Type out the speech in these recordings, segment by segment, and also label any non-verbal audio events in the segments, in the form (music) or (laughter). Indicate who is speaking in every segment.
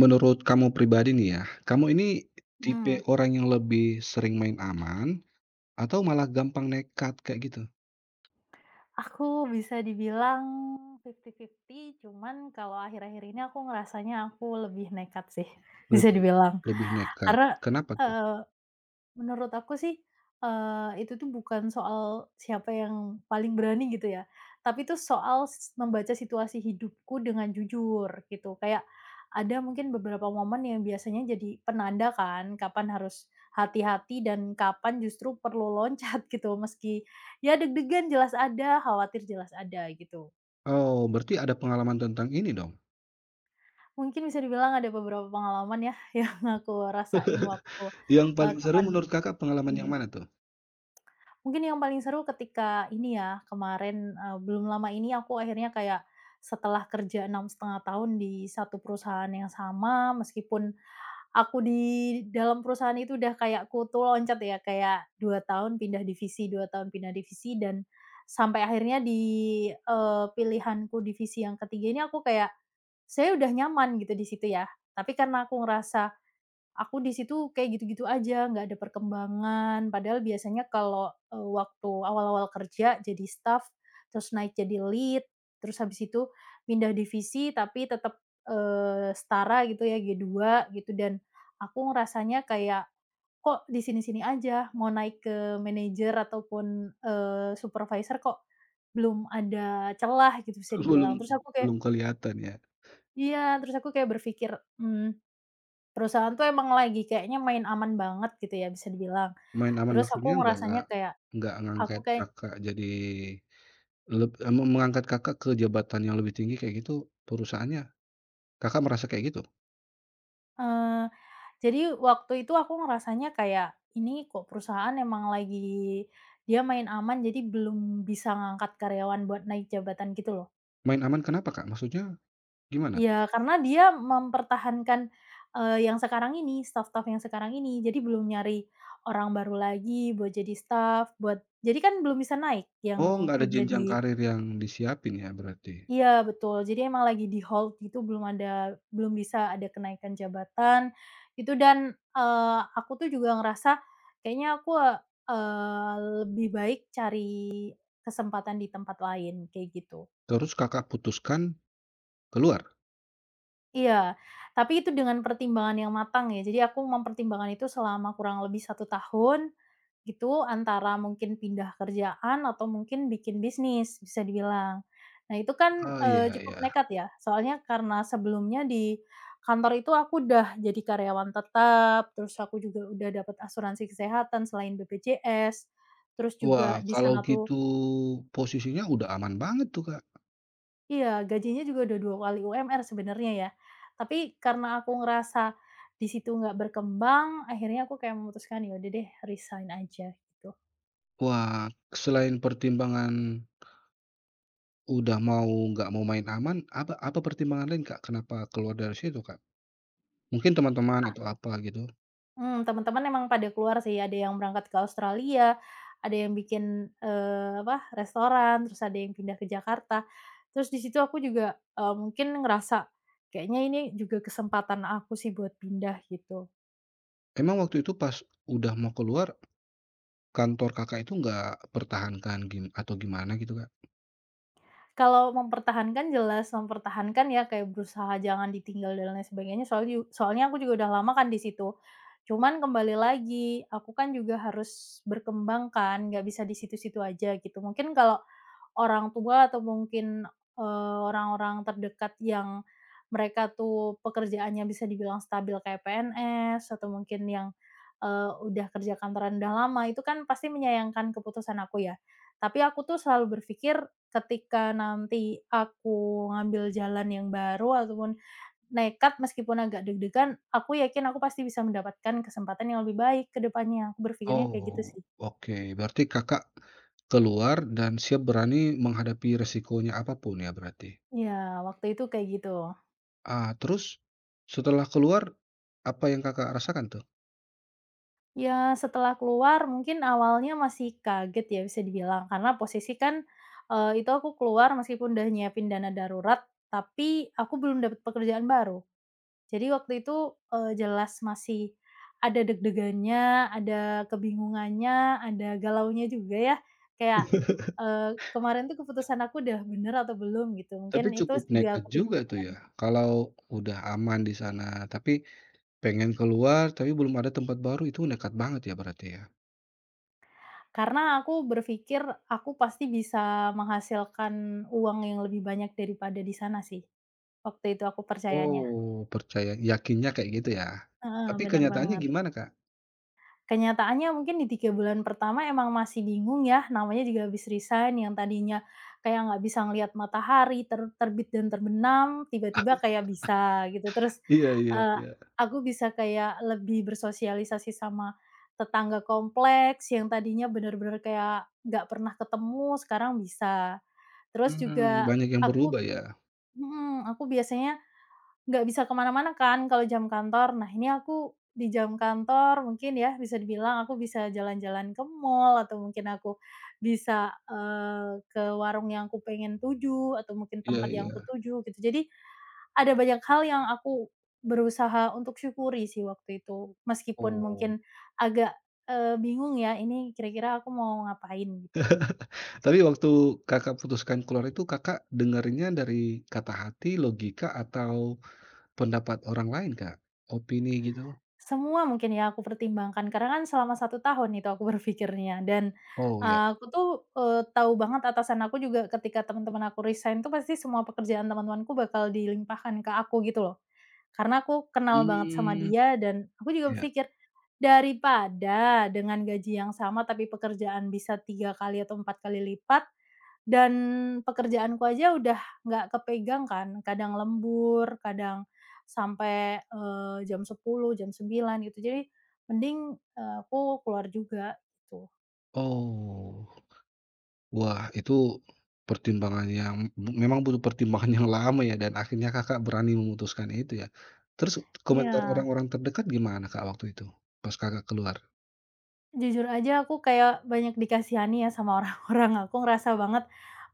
Speaker 1: Menurut kamu pribadi nih ya, kamu ini tipe
Speaker 2: Hmm.
Speaker 1: orang yang lebih sering main aman atau malah gampang nekat kayak gitu?
Speaker 2: Aku bisa dibilang 50-50, cuman kalau akhir-akhir ini aku ngerasanya aku lebih nekat sih, (laughs) bisa
Speaker 1: Lebih
Speaker 2: dibilang.
Speaker 1: lebih nekat.
Speaker 2: Karena,
Speaker 1: Kenapa tuh?
Speaker 2: eh, menurut aku sih, itu tuh bukan soal siapa yang paling berani gitu ya, tapi itu soal membaca situasi hidupku dengan jujur gitu. Kayak ada mungkin beberapa momen yang biasanya jadi penanda kan, kapan harus hati-hati dan kapan justru perlu loncat (laughs) gitu. Meski ya deg-degan jelas ada, khawatir jelas ada gitu.
Speaker 1: Oh, berarti ada pengalaman tentang ini dong.
Speaker 2: Mungkin bisa dibilang ada beberapa pengalaman ya (laughs) yang aku rasain waktu,
Speaker 1: Yang
Speaker 2: eee,
Speaker 1: paling seru
Speaker 2: kapan
Speaker 1: menurut Kakak pengalaman
Speaker 2: ini
Speaker 1: yang mana tuh?
Speaker 2: mungkin yang paling seru ketika ini ya, kemarin, belum lama ini aku akhirnya kayak setelah kerja 6,5 tahun di satu perusahaan yang sama, meskipun aku di dalam perusahaan itu udah kayak kutu loncat ya, kayak 2 tahun pindah divisi 2 tahun pindah divisi dan sampai akhirnya di, pilihanku divisi yang ke ini aku kayak, saya udah nyaman gitu di situ ya, tapi karena aku ngerasa aku di situ kayak gitu-gitu aja, nggak ada perkembangan. Padahal biasanya kalau, waktu awal-awal kerja jadi staff, terus naik jadi lead, terus habis itu pindah divisi tapi tetap, setara gitu ya, G2 gitu, dan aku ngerasanya kayak, kok di sini-sini aja, mau naik ke manajer ataupun, supervisor kok belum ada celah gitu bisa
Speaker 1: (laughs) Belum
Speaker 2: dibilang. Terus aku kayak.
Speaker 1: belum kelihatan ya.
Speaker 2: Iya, terus aku kayak berpikir, mmm perusahaan tuh emang lagi kayaknya main aman banget gitu ya bisa dibilang.
Speaker 1: Main aman
Speaker 2: Terus aku
Speaker 1: maksudnya nggak
Speaker 2: ngerasanya kayak,
Speaker 1: nggak
Speaker 2: aku
Speaker 1: ngangkat
Speaker 2: kayak
Speaker 1: Kakak jadi leb eee, me mengangkat Kakak ke jabatan yang lebih tinggi kayak gitu perusahaannya. Kakak merasa kayak gitu?
Speaker 2: eee, jadi waktu itu aku ngerasanya kayak, ini kok perusahaan emang lagi dia main aman jadi belum bisa ngangkat karyawan buat naik jabatan gitu loh.
Speaker 1: Main aman kenapa Kak? Maksudnya gimana?
Speaker 2: Iya, karena dia mempertahankan, yang sekarang ini, staf-staf yang sekarang ini. Jadi belum nyari orang baru lagi buat jadi staf, buat jadi kan belum bisa naik
Speaker 1: Oh,
Speaker 2: yang
Speaker 1: nggak ada
Speaker 2: udah
Speaker 1: jenjang
Speaker 2: di.
Speaker 1: karir yang disiapin ya berarti?
Speaker 2: Iya betul, jadi emang lagi di hold gitu, belum ada belum bisa ada kenaikan jabatan, itu dan, aku tuh juga ngerasa kayaknya aku, eee, lebih baik cari kesempatan di tempat lain, kayak gitu.
Speaker 1: Terus Kakak putuskan keluar?
Speaker 2: Iya, tapi itu dengan pertimbangan yang matang ya. Jadi aku mempertimbangkan itu selama kurang lebih satu tahun, gitu, antara mungkin pindah kerjaan atau mungkin bikin bisnis, bisa dibilang. Nah itu kan,
Speaker 1: Oh, iya
Speaker 2: cukup
Speaker 1: iya.
Speaker 2: nekat ya, soalnya karena sebelumnya di kantor itu aku udah jadi karyawan tetap, terus aku juga udah dapat asuransi kesehatan selain BPJS, terus juga
Speaker 1: Wah,
Speaker 2: di
Speaker 1: kalau
Speaker 2: sana tuh.
Speaker 1: gitu posisinya udah aman banget tuh, Kak.
Speaker 2: Iya, gajinya juga udah 2 kali UMR sebenarnya ya. Tapi karena aku ngerasa di situ nggak berkembang, akhirnya aku kayak memutuskan, ya udah deh resign aja gitu.
Speaker 1: Wah, selain pertimbangan udah mau nggak mau main aman, apa apa pertimbangan lain, Kak, kenapa keluar dari situ, Kak? Mungkin teman-teman atau apa gitu.
Speaker 2: Teman-teman emang pada keluar sih, ada yang berangkat ke Australia, ada yang bikin, apa, restoran, terus ada yang pindah ke Jakarta. Terus di situ aku juga, mungkin ngerasa kayaknya ini juga kesempatan aku sih buat pindah gitu.
Speaker 1: Emang waktu itu pas udah mau keluar, kantor Kakak itu nggak pertahankan gim atau gimana gitu, Kak?
Speaker 2: Kalau mempertahankan jelas mempertahankan ya, kayak berusaha jangan ditinggal dan lain sebagainya, soalnya aku juga udah lama kan di situ. Cuman kembali lagi, aku kan juga harus berkembang kan, nggak bisa di situ-situ aja gitu. Mungkin kalau orang tua atau mungkin, orang-orang terdekat yang mereka tuh pekerjaannya bisa dibilang stabil kayak PNS atau mungkin yang, udah kerja kantoran udah lama, itu kan pasti menyayangkan keputusan aku ya. Tapi aku tuh selalu berpikir, ketika nanti aku ngambil jalan yang baru ataupun nekat meskipun agak deg-degan, aku yakin aku pasti bisa mendapatkan kesempatan yang lebih baik ke depannya, aku berpikirnya kayak gitu
Speaker 1: Oh,
Speaker 2: sih.
Speaker 1: oke. Berarti Kakak keluar dan siap berani menghadapi resikonya apapun ya berarti?
Speaker 2: Ya waktu itu kayak gitu.
Speaker 1: Ah, terus setelah keluar, apa yang Kakak rasakan tuh?
Speaker 2: Ya setelah keluar mungkin awalnya masih kaget ya bisa dibilang, karena posisi kan, itu aku keluar meskipun udah nyiapin dana darurat, tapi aku belum dapat pekerjaan baru. Jadi waktu itu, jelas masih ada deg-degannya, ada kebingungannya, ada galaunya juga ya. Kayak,
Speaker 1: (laughs)
Speaker 2: kemarin tuh keputusan aku udah bener atau belum gitu,
Speaker 1: Tapi
Speaker 2: mungkin itu
Speaker 1: cukup
Speaker 2: juga
Speaker 1: nekat
Speaker 2: aku
Speaker 1: juga tuh
Speaker 2: pikirkan.
Speaker 1: ya, kalau udah aman di sana, tapi pengen keluar, tapi belum ada tempat baru, itu nekat banget ya berarti ya?
Speaker 2: Karena aku berpikir aku pasti bisa menghasilkan uang yang lebih banyak daripada di sana sih, waktu itu aku percayanya.
Speaker 1: Oh, percaya yakinnya kayak gitu ya?
Speaker 2: Heeh,
Speaker 1: Tapi
Speaker 2: bener
Speaker 1: kenyataannya
Speaker 2: banget.
Speaker 1: gimana, Kak?
Speaker 2: Kenyataannya mungkin di 3 bulan pertama emang masih bingung ya, namanya juga habis resign yang tadinya kayak nggak bisa ngelihat matahari terbit dan terbenam, tiba-tiba kayak bisa gitu. Terus,
Speaker 1: Iya iya
Speaker 2: eee,
Speaker 1: iya.
Speaker 2: aku bisa kayak lebih bersosialisasi sama tetangga kompleks yang tadinya bener-bener kayak nggak pernah ketemu, sekarang bisa. Terus
Speaker 1: Mmm,
Speaker 2: juga
Speaker 1: banyak yang
Speaker 2: aku.
Speaker 1: berubah ya?
Speaker 2: Mhm, aku biasanya nggak bisa kemana mana kan kalau jam kantor. Nah, ini aku di jam kantor mungkin ya bisa dibilang aku bisa jalan-jalan ke mall atau mungkin aku bisa, ke warung yang aku pengen tuju atau mungkin
Speaker 1: Iya
Speaker 2: tempat yang aku
Speaker 1: iya.
Speaker 2: tuju gitu. Jadi ada banyak hal yang aku berusaha untuk syukuri sih waktu itu. Meskipun
Speaker 1: Oh.
Speaker 2: mungkin agak, bingung ya ini kira-kira aku mau ngapain gitu.
Speaker 1: Tapi waktu Kakak putuskan keluar itu Kakak dengerinnya dari kata hati, logika, atau pendapat orang lain, Kak? Opini gitu?
Speaker 2: Semua mungkin ya aku pertimbangkan karena kan selama satu tahun itu aku (laughs) berpikirnya dan,
Speaker 1: Oh ya?
Speaker 2: aku tuh, tahu banget atasan aku juga ketika teman-teman aku resign tuh pasti semua pekerjaan teman-temanku bakal dilimpahkan ke aku gitu loh. Karena aku kenal banget sama
Speaker 1: Hmm.
Speaker 2: dia dan aku juga
Speaker 1: Ya.
Speaker 2: berpikir, daripada dengan gaji yang sama tapi pekerjaan bisa 3 kali atau 4 kali lipat dan pekerjaanku aja udah nggak kepegang kan, kadang lembur, kadang sampai, jam 10, jam 9 gitu. Jadi mending, aku keluar juga gitu.
Speaker 1: Oh. Wah itu pertimbangan yang memang butuh pertimbangan yang lama ya dan akhirnya Kakak berani memutuskan itu ya. Terus
Speaker 2: Iya.
Speaker 1: komentar orang-orang terdekat gimana, Kak, waktu itu? Pas Kakak keluar?
Speaker 2: Jujur aja aku kayak banyak dikasihani ya sama (laughs) orang-orang, aku ngerasa banget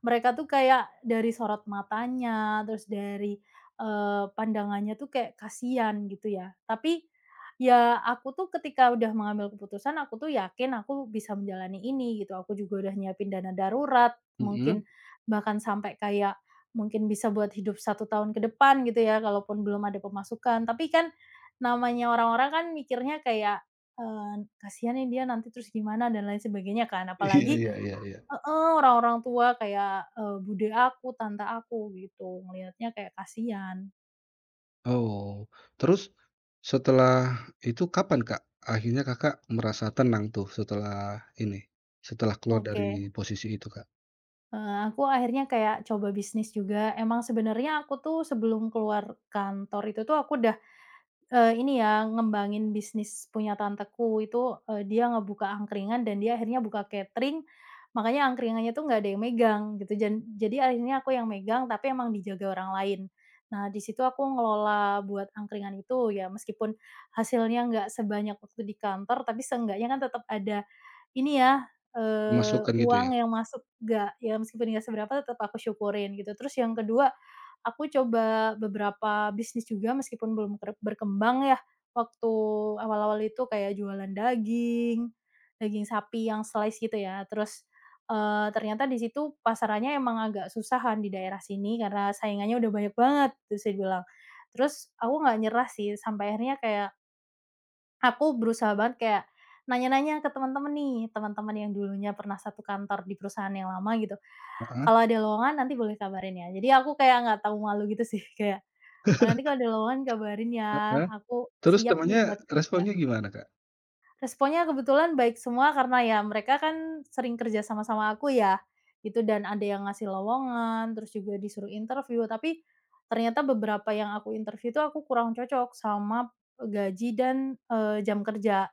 Speaker 2: mereka tuh kayak dari sorot matanya, terus dari, pandangannya tuh kayak kasihan gitu ya. Tapi, ya aku tuh ketika udah mengambil keputusan, aku tuh yakin aku bisa menjalani ini gitu, aku juga udah nyiapin dana darurat, mungkin
Speaker 1: Mhm. (laughs)
Speaker 2: bahkan sampai kayak mungkin bisa buat hidup satu tahun ke depan gitu ya, kalaupun belum ada pemasukan. Tapi kan namanya orang-orang kan mikirnya kayak Eee, kasihan nih dia nanti terus gimana dan lain sebagainya kan,
Speaker 1: Iya
Speaker 2: apalagi
Speaker 1: iya iya iya.
Speaker 2: heeh, orang-orang tua kayak, bude aku, tante aku gitu, ngelihatnya kayak kasihan.
Speaker 1: Oh, terus setelah itu kapan, Kak, akhirnya Kakak merasa tenang tuh setelah ini, setelah keluar
Speaker 2: Oke,
Speaker 1: dari posisi itu, Kak?
Speaker 2: heeh, aku akhirnya kayak coba bisnis juga, emang sebenarnya aku tuh sebelum keluar kantor itu tuh aku udah ini ya, ngembangin bisnis punya tanteku itu, dia ngebuka angkringan dan dia akhirnya buka catering, makanya angkringannya tuh nggak ada yang megang gitu jadi akhirnya aku yang megang tapi emang dijaga orang lain. Nah di situ aku ngelola buat angkringan itu ya meskipun hasilnya nggak sebanyak waktu di kantor tapi seenggaknya kan tetap ada ini ya,
Speaker 1: Memasukkan gitu
Speaker 2: uang
Speaker 1: ya?
Speaker 2: yang masuk nggak ya meskipun nggak seberapa tetap aku syukurin gitu. Terus yang kedua, aku coba beberapa bisnis juga meskipun belum berkembang ya, waktu awal-awal itu kayak jualan daging, daging sapi yang slice gitu ya. Terus, ternyata di situ pasarannya emang agak susahan di daerah sini karena saingannya udah banyak banget, bisa dibilang. Terus aku nggak nyerah sih sampai akhirnya kayak aku berusaha banget kayak nanya-nanya ke teman-teman nih, teman-teman yang dulunya pernah satu kantor di perusahaan yang lama gitu,
Speaker 1: Heeh
Speaker 2: "Kalau ada lowongan nanti boleh kabarin ya." Jadi aku kayak nggak tahu malu gitu sih, (laughs) kayak nanti kalau ada lowongan kabarin ya,
Speaker 1: heeh.
Speaker 2: aku
Speaker 1: Terus
Speaker 2: siap nih
Speaker 1: temannya
Speaker 2: buat kerja.
Speaker 1: responnya gimana, Kak?
Speaker 2: Responnya kebetulan baik semua karena ya mereka kan sering kerja sama-sama aku ya, gitu, dan ada yang ngasih lowongan, terus juga disuruh interview, tapi ternyata beberapa yang aku interview itu aku kurang cocok sama gaji dan, jam kerja,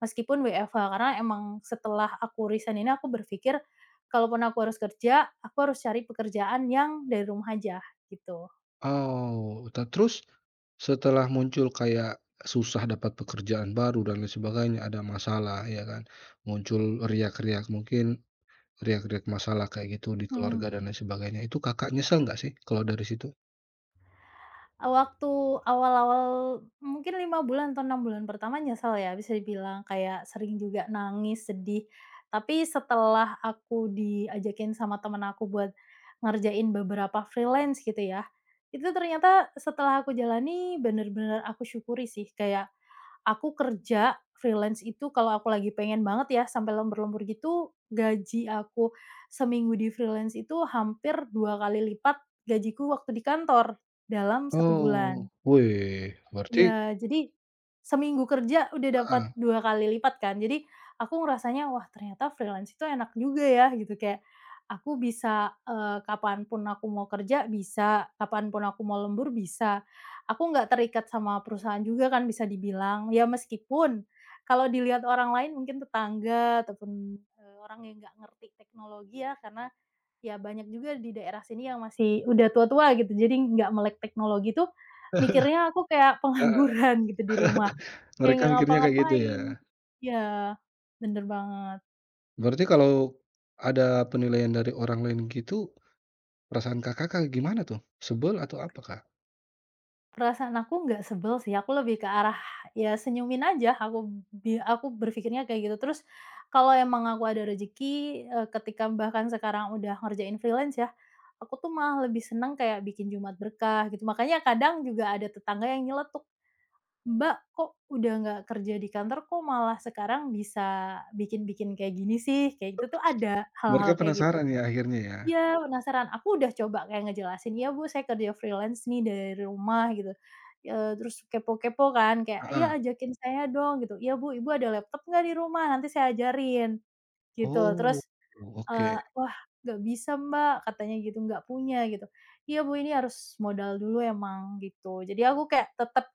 Speaker 2: meskipun WFH. Karena emang setelah aku resign ini aku berpikir, kalaupun aku harus kerja, aku harus cari pekerjaan yang dari rumah aja, gitu.
Speaker 1: Oh, terus setelah muncul kayak susah dapat pekerjaan baru dan lain sebagainya, ada masalah ya kan, muncul riak-riak mungkin riak-riak masalah kayak gitu di keluarga
Speaker 2: Mhm.
Speaker 1: dan lain sebagainya, itu Kakak nyesel nggak sih kalau dari situ?
Speaker 2: Waktu awal-awal mungkin 5 bulan atau 6 bulan pertama nyesel ya bisa dibilang, kayak sering juga nangis, sedih. Tapi setelah aku diajakin sama temen aku buat ngerjain beberapa freelance gitu ya, itu ternyata setelah aku jalani bener-bener aku syukuri sih, kayak aku kerja freelance itu kalau aku lagi pengen banget ya sampai lembur-lembur gitu, gaji aku seminggu di freelance itu hampir 2 kali lipat gajiku waktu di kantor dalam satu
Speaker 1: Oh,
Speaker 2: bulan.
Speaker 1: wih, berarti
Speaker 2: Iya, jadi seminggu kerja udah dapat
Speaker 1: heeh
Speaker 2: 2 kali lipat kan. Jadi aku ngerasanya, "Wah, ternyata freelance itu enak juga ya," gitu. Kayak aku bisa, kapanpun aku mau kerja bisa, kapanpun aku mau lembur bisa. Aku nggak terikat sama perusahaan juga kan bisa dibilang. Ya meskipun kalau dilihat orang lain mungkin tetangga ataupun, orang yang nggak ngerti teknologi ya karena ya banyak juga di daerah sini yang masih udah tua-tua gitu, jadi nggak melek teknologi tuh, mikirnya aku kayak (laughs)
Speaker 1: heeh,
Speaker 2: pengangguran gitu di rumah, kayak
Speaker 1: mereka
Speaker 2: nggak
Speaker 1: mikirnya kayak gitu ya?
Speaker 2: ngapa-ngapain. Iya, bener banget.
Speaker 1: Berarti kalau ada penilaian dari orang lain gitu, perasaan Kakak kayak gimana tuh? Sebel atau apa, Kak?
Speaker 2: Perasaan aku nggak sebel sih, aku lebih ke arah, ya senyumin aja aku aku berpikirnya kayak gitu. Terus kalau emang aku ada rezeki, ketika bahkan sekarang udah ngerjain freelance ya, aku tuh malah lebih seneng kayak bikin Jumat berkah gitu, makanya kadang juga ada tetangga yang nyeletuk. Mbak, kok udah nggak kerja di kantor, kok malah sekarang bisa bikin-bikin kayak gini sih? Kayak gitu tuh ada hal-hal
Speaker 1: Mereka
Speaker 2: kayak gitu.
Speaker 1: penasaran ya akhirnya ya?
Speaker 2: Iya, penasaran. Aku udah coba kayak ngejelasin, "Iya, Bu, saya kerja freelance nih dari rumah," gitu. Terus kepo-kepo kan kayak, "Iya,
Speaker 1: Heeh.
Speaker 2: ajakin saya dong," gitu. "Iya, Bu, Ibu ada laptop nggak di rumah? Nanti saya ajarin," gitu.
Speaker 1: Oh,
Speaker 2: Terus
Speaker 1: oke.
Speaker 2: "Wah, nggak bisa Mbak," katanya gitu, "nggak punya," gitu. "Iya Bu, ini harus modal dulu emang," gitu. Jadi aku kayak tetep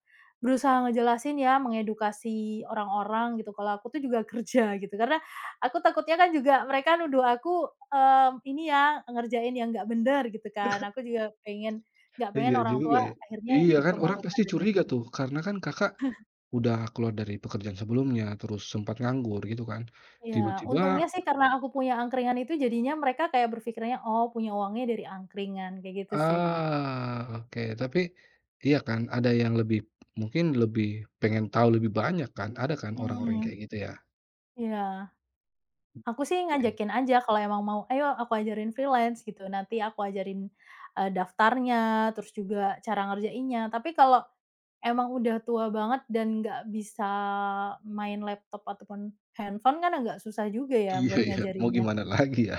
Speaker 2: berusaha ngejelasin ya, mengedukasi orang-orang gitu kalau aku tuh juga (laughs) kerja gitu. Karena aku takutnya kan juga mereka nuduh aku, ini ya, ngerjain yang nggak bener gitu kan. Aku juga pengen nggak pengen
Speaker 1: Iya
Speaker 2: orang
Speaker 1: juga
Speaker 2: tua
Speaker 1: ya.
Speaker 2: akhirnya
Speaker 1: Iya kan orang
Speaker 2: dipermalukan
Speaker 1: pasti
Speaker 2: dan lain
Speaker 1: curiga tuh,
Speaker 2: sebagainya.
Speaker 1: karena kan Kakak udah keluar dari pekerjaan sebelumnya, terus sempat nganggur gitu kan.
Speaker 2: Iya,
Speaker 1: Tiba-tiba
Speaker 2: untungnya sih karena aku punya angkringan itu jadinya mereka kayak berpikirnya, "Oh punya uangnya dari angkringan," kayak gitu sih.
Speaker 1: Ah, oke. Tapi iya kan ada yang lebih mungkin lebih pengen tahu lebih banyak kan, ada kan orang-orang yang
Speaker 2: Mhm.
Speaker 1: kayak gitu ya?
Speaker 2: Iya, aku sih
Speaker 1: Oke.
Speaker 2: ngajakin
Speaker 1: (laughs)
Speaker 2: aja kalau emang mau, "Ayo aku ajarin freelance," gitu, nanti aku ajarin, daftarnya, terus juga cara ngerjainnya. Tapi kalau emang udah tua banget dan nggak bisa main laptop ataupun handphone kan agak susah juga ya
Speaker 1: Iya
Speaker 2: buat
Speaker 1: iya, mau
Speaker 2: ngajarinnya.
Speaker 1: gimana lagi ya.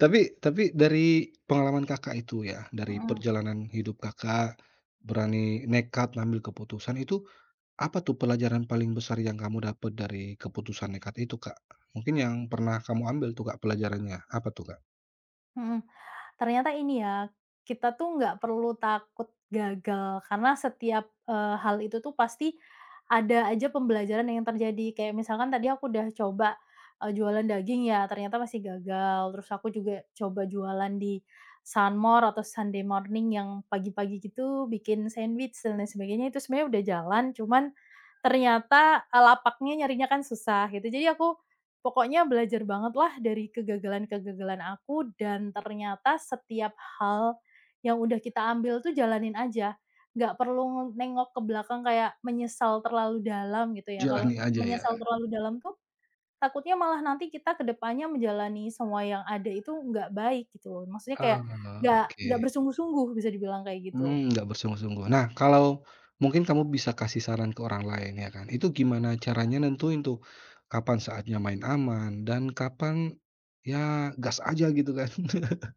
Speaker 1: Tapi dari pengalaman Kakak itu ya, dari
Speaker 2: Mhm.
Speaker 1: perjalanan hidup Kakak berani nekat ngambil keputusan itu, apa tuh pelajaran paling besar yang kamu dapat dari keputusan nekat itu, Kak? Mungkin yang pernah kamu ambil tuh, Kak, pelajarannya, apa tuh, Kak?
Speaker 2: Mhm. Ternyata ini ya, kita tuh nggak perlu takut gagal karena setiap, hal itu tuh pasti ada aja pembelajaran yang terjadi. Kayak misalkan tadi aku udah coba, jualan daging ya, ternyata masih gagal. Terus aku juga coba jualan di sunmor atau Sunday morning yang pagi-pagi gitu, bikin sandwich dan lain sebagainya, itu sebenarnya udah jalan, cuman ternyata, lapaknya nyarinya kan susah gitu. Jadi aku pokoknya belajar banget lah dari kegagalan-kegagalan aku dan ternyata setiap hal yang udah kita ambil tuh jalanin aja, nggak perlu nengok ke belakang kayak menyesal terlalu dalam gitu ya, kalau
Speaker 1: Jalani aja ya?
Speaker 2: menyesal terlalu dalam tuh takutnya malah nanti kita ke depannya menjalani semua yang ada itu nggak baik gitu loh, maksudnya
Speaker 1: Ah,
Speaker 2: kayak
Speaker 1: oke.
Speaker 2: nggak bersungguh-sungguh bisa dibilang kayak gitu.
Speaker 1: Mmm, nggak bersungguh-sungguh. Nah, kalau mungkin kamu bisa kasih saran ke orang lain ya kan, itu gimana caranya nentuin tuh, kapan saatnya main aman dan kapan, ya gas aja gitu kan? (laughs)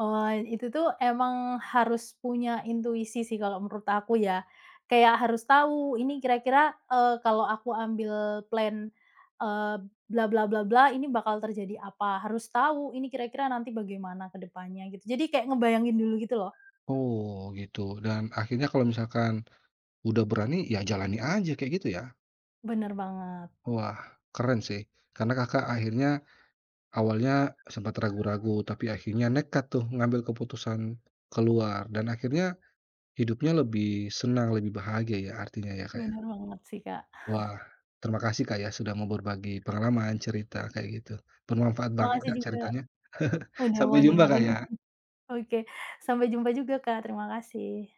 Speaker 2: Oh, itu tuh emang harus punya intuisi sih kalau menurut aku ya. Kayak harus tahu ini kira-kira, kalau aku ambil plan, eee, bla bla bla bla ini bakal terjadi apa, harus tahu ini kira-kira nanti bagaimana ke depannya gitu. Jadi kayak ngebayangin dulu gitu loh.
Speaker 1: Oh gitu, dan akhirnya kalau misalkan udah berani, ya jalani aja kayak gitu ya?
Speaker 2: Bener banget,
Speaker 1: Wah keren sih, karena Kakak akhirnya awalnya sempat ragu-ragu, tapi akhirnya nekat tuh ngambil keputusan keluar dan akhirnya hidupnya lebih senang, lebih bahagia ya artinya ya, Kak, ya?
Speaker 2: bener banget sih, Kak.
Speaker 1: Wah, terima kasih Kak ya sudah mau berbagi pengalaman, cerita kayak gitu. Bermanfaat banget
Speaker 2: Makasih
Speaker 1: Kak
Speaker 2: juga
Speaker 1: ceritanya.
Speaker 2: udah
Speaker 1: Sampai
Speaker 2: mau
Speaker 1: jumpa Kak
Speaker 2: dengerin.
Speaker 1: ya.
Speaker 2: Oke, sampai jumpa juga, Kak, terima kasih.